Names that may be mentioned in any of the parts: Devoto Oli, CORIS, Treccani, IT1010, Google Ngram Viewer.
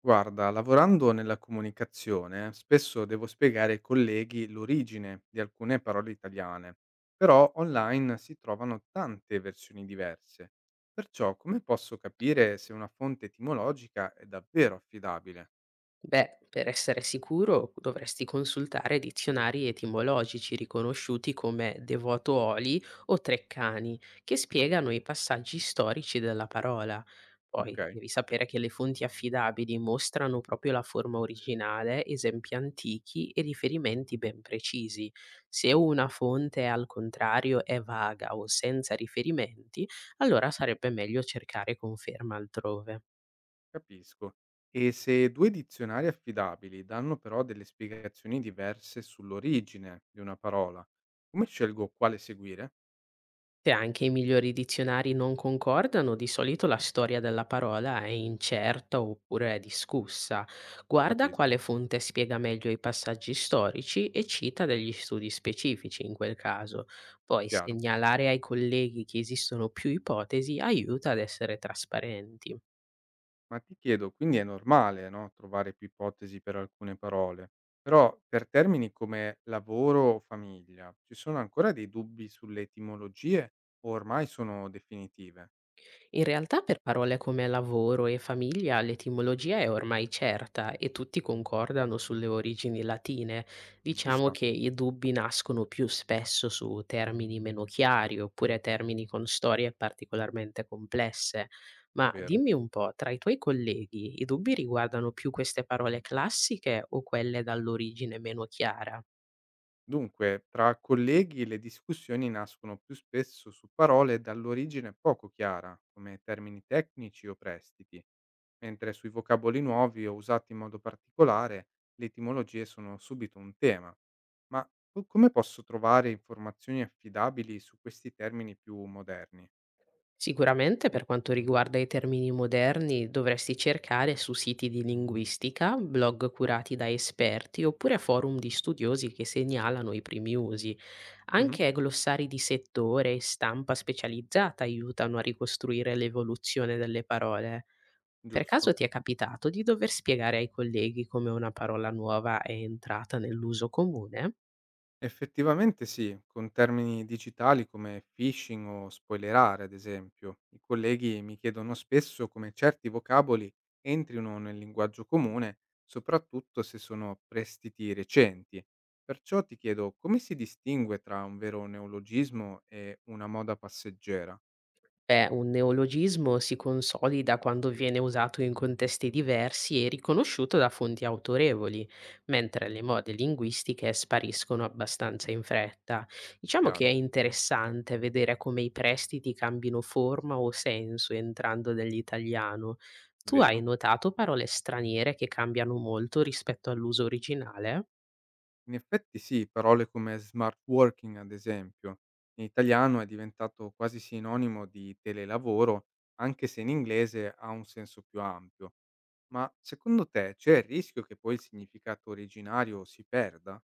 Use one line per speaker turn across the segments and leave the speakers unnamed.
Guarda, lavorando nella comunicazione, spesso devo spiegare ai colleghi l'origine di alcune parole italiane, però online si trovano tante versioni diverse. Perciò, come posso capire se una fonte etimologica è davvero affidabile?
Beh, per essere sicuro dovresti consultare dizionari etimologici riconosciuti come Devoto Oli o Treccani, che spiegano i passaggi storici della parola.
Ok,
Poi devi sapere che le fonti affidabili mostrano proprio la forma originale, esempi antichi e riferimenti ben precisi. Se
giusto,
una fonte al contrario è vaga o senza riferimenti, allora sarebbe meglio cercare conferma altrove.
capisco. E se due dizionari affidabili danno però delle spiegazioni diverse sull'origine di una parola, come scelgo quale seguire?
Se anche i migliori dizionari non concordano, di solito la storia della parola è incerta oppure è discussa. Guarda quale
Capisco,
fonte spiega meglio i passaggi storici e cita degli studi specifici in quel caso. Poi
chiaro.
segnalare ai colleghi che esistono più ipotesi aiuta ad essere trasparenti.
Ma ti chiedo, quindi è normale, no, trovare più ipotesi per alcune parole, però per termini come lavoro o famiglia, ci sono ancora dei dubbi sulle etimologie o ormai sono definitive?
In realtà per parole come lavoro e famiglia l'etimologia è ormai certa e tutti concordano sulle origini latine.
Ci
Diciamo
sta,
che i dubbi nascono più spesso su termini meno chiari oppure termini con storie particolarmente complesse. Ma
vero?
dimmi un po', tra i tuoi colleghi i dubbi riguardano più queste parole classiche o quelle dall'origine meno chiara?
Dunque, tra colleghi le discussioni nascono più spesso su parole dall'origine poco chiara, come termini tecnici o prestiti, mentre sui vocaboli nuovi o usati in modo particolare le etimologie sono subito un tema. Ma come posso trovare informazioni affidabili su questi termini più moderni?
Sicuramente per quanto riguarda i termini moderni dovresti cercare su siti di linguistica, blog curati da esperti oppure forum di studiosi che segnalano i primi usi.
Mhm.
Anche glossari di settore e stampa specializzata aiutano a ricostruire l'evoluzione delle parole. Per caso
Giusto.
ti è capitato di dover spiegare ai colleghi come una parola nuova è entrata nell'uso comune?
Effettivamente sì, con termini digitali come phishing o spoilerare, ad esempio. I colleghi mi chiedono spesso come certi vocaboli entrino nel linguaggio comune, soprattutto se sono prestiti recenti. Perciò ti chiedo come si distingue tra un vero neologismo e una moda passeggera?
Beh, un neologismo si consolida quando viene usato in contesti diversi e riconosciuto da fonti autorevoli, mentre le mode linguistiche spariscono abbastanza in fretta. Diciamo che
Chiaro,
è interessante vedere come i prestiti cambino forma o senso entrando nell'italiano. Tu hai
vero?
notato parole straniere che cambiano molto rispetto all'uso originale?
In effetti sì, parole come smart working ad esempio. In italiano è diventato quasi sinonimo di telelavoro, anche se in inglese ha un senso più ampio. Ma secondo te c'è il rischio che poi il significato originario si perda?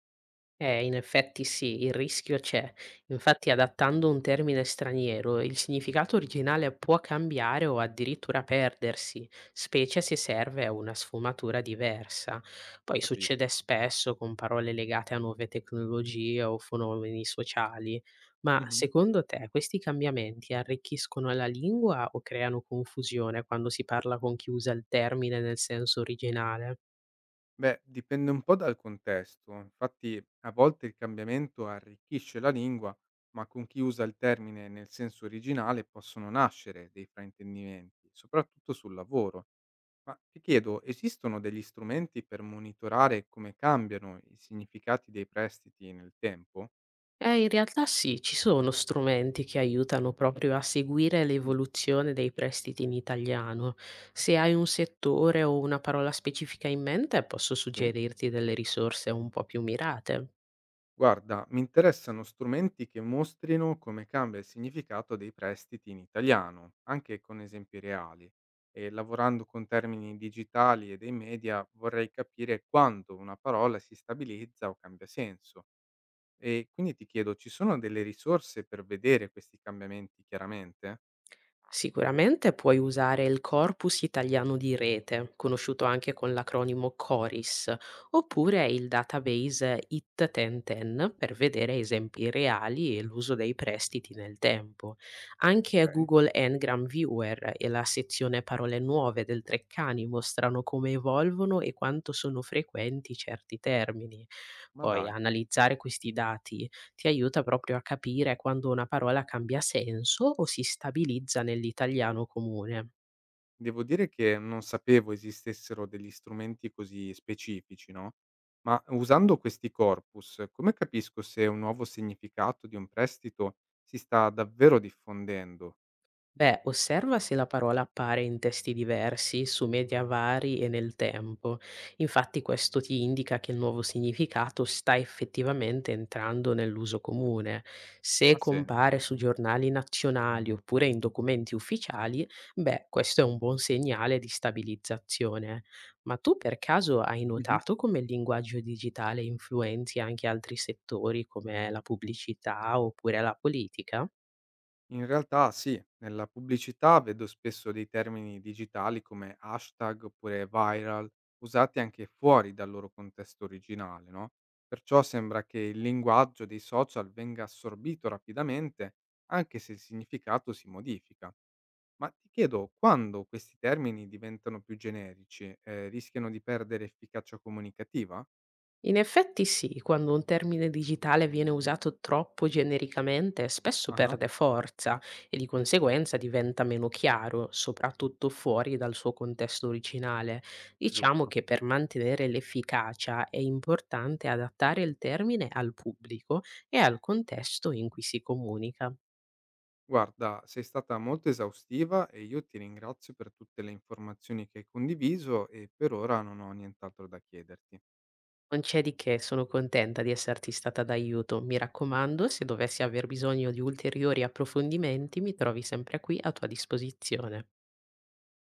In effetti sì, il rischio c'è. Infatti, adattando un termine straniero, il significato originale può cambiare o addirittura perdersi, specie se serve a una sfumatura diversa. Poi succede
Capisco.
spesso con parole legate a nuove tecnologie o fenomeni sociali. Ma
Mhm.
secondo te questi cambiamenti arricchiscono la lingua o creano confusione quando si parla con chi usa il termine nel senso originale?
Beh, dipende un po' dal contesto. Infatti, a volte il cambiamento arricchisce la lingua, ma con chi usa il termine nel senso originale possono nascere dei fraintendimenti, soprattutto sul lavoro. Ma ti chiedo, esistono degli strumenti per monitorare come cambiano i significati dei prestiti nel tempo?
In realtà sì, ci sono strumenti che aiutano proprio a seguire
Mm.
l'evoluzione dei prestiti in italiano. Se hai un settore o una parola specifica in mente, posso
Sì.
suggerirti delle risorse un po' più mirate.
Guarda, mi interessano strumenti che mostrino come cambia il significato dei prestiti in italiano, anche con esempi reali. E lavorando con termini digitali e dei media vorrei capire quando una parola si stabilizza o cambia senso. E quindi ti chiedo, ci sono delle risorse per vedere questi cambiamenti chiaramente?
Sicuramente puoi usare il Corpus Italiano di Rete, conosciuto anche con l'acronimo CORIS, oppure il database IT1010 per vedere esempi reali e l'uso dei prestiti nel tempo. Anche
Ok,
Google Ngram Viewer e la sezione Parole Nuove del Treccani mostrano come evolvono e quanto sono frequenti certi termini.
ma
Poi
dai.
analizzare questi dati ti aiuta proprio a capire quando una parola cambia senso o si stabilizza nell'italiano comune.
Devo dire che non sapevo esistessero degli strumenti così specifici, no, ma usando questi corpus, come capisco se un nuovo significato di un prestito si sta davvero diffondendo?
Beh, osserva se la parola appare in testi diversi, su media vari e nel tempo. Infatti questo ti indica che il nuovo significato sta effettivamente entrando nell'uso comune. Se
Ha senso?
compare su giornali nazionali oppure in documenti ufficiali, beh, questo è un buon segnale di stabilizzazione. Ma tu per caso hai notato come il linguaggio digitale influenzi anche altri settori come la pubblicità oppure la politica?
In realtà sì, nella pubblicità vedo spesso dei termini digitali come hashtag oppure viral usati anche fuori dal loro contesto originale, no? Perciò sembra che il linguaggio dei social venga assorbito rapidamente, anche se il significato si modifica. Ma ti chiedo, quando questi termini diventano più generici, rischiano di perdere efficacia comunicativa?
In effetti sì, quando un termine digitale viene usato troppo genericamente, spesso
Ah,
perde forza e di conseguenza diventa meno chiaro, soprattutto fuori dal suo contesto originale. Diciamo
giusto.
che per mantenere l'efficacia è importante adattare il termine al pubblico e al contesto in cui si comunica.
Guarda, sei stata molto esaustiva e io ti ringrazio per tutte le informazioni che hai condiviso e per ora non ho nient'altro da chiederti.
Non c'è di che, sono contenta di esserti stata d'aiuto. Mi raccomando, se dovessi aver bisogno di ulteriori approfondimenti, mi trovi sempre qui a tua disposizione.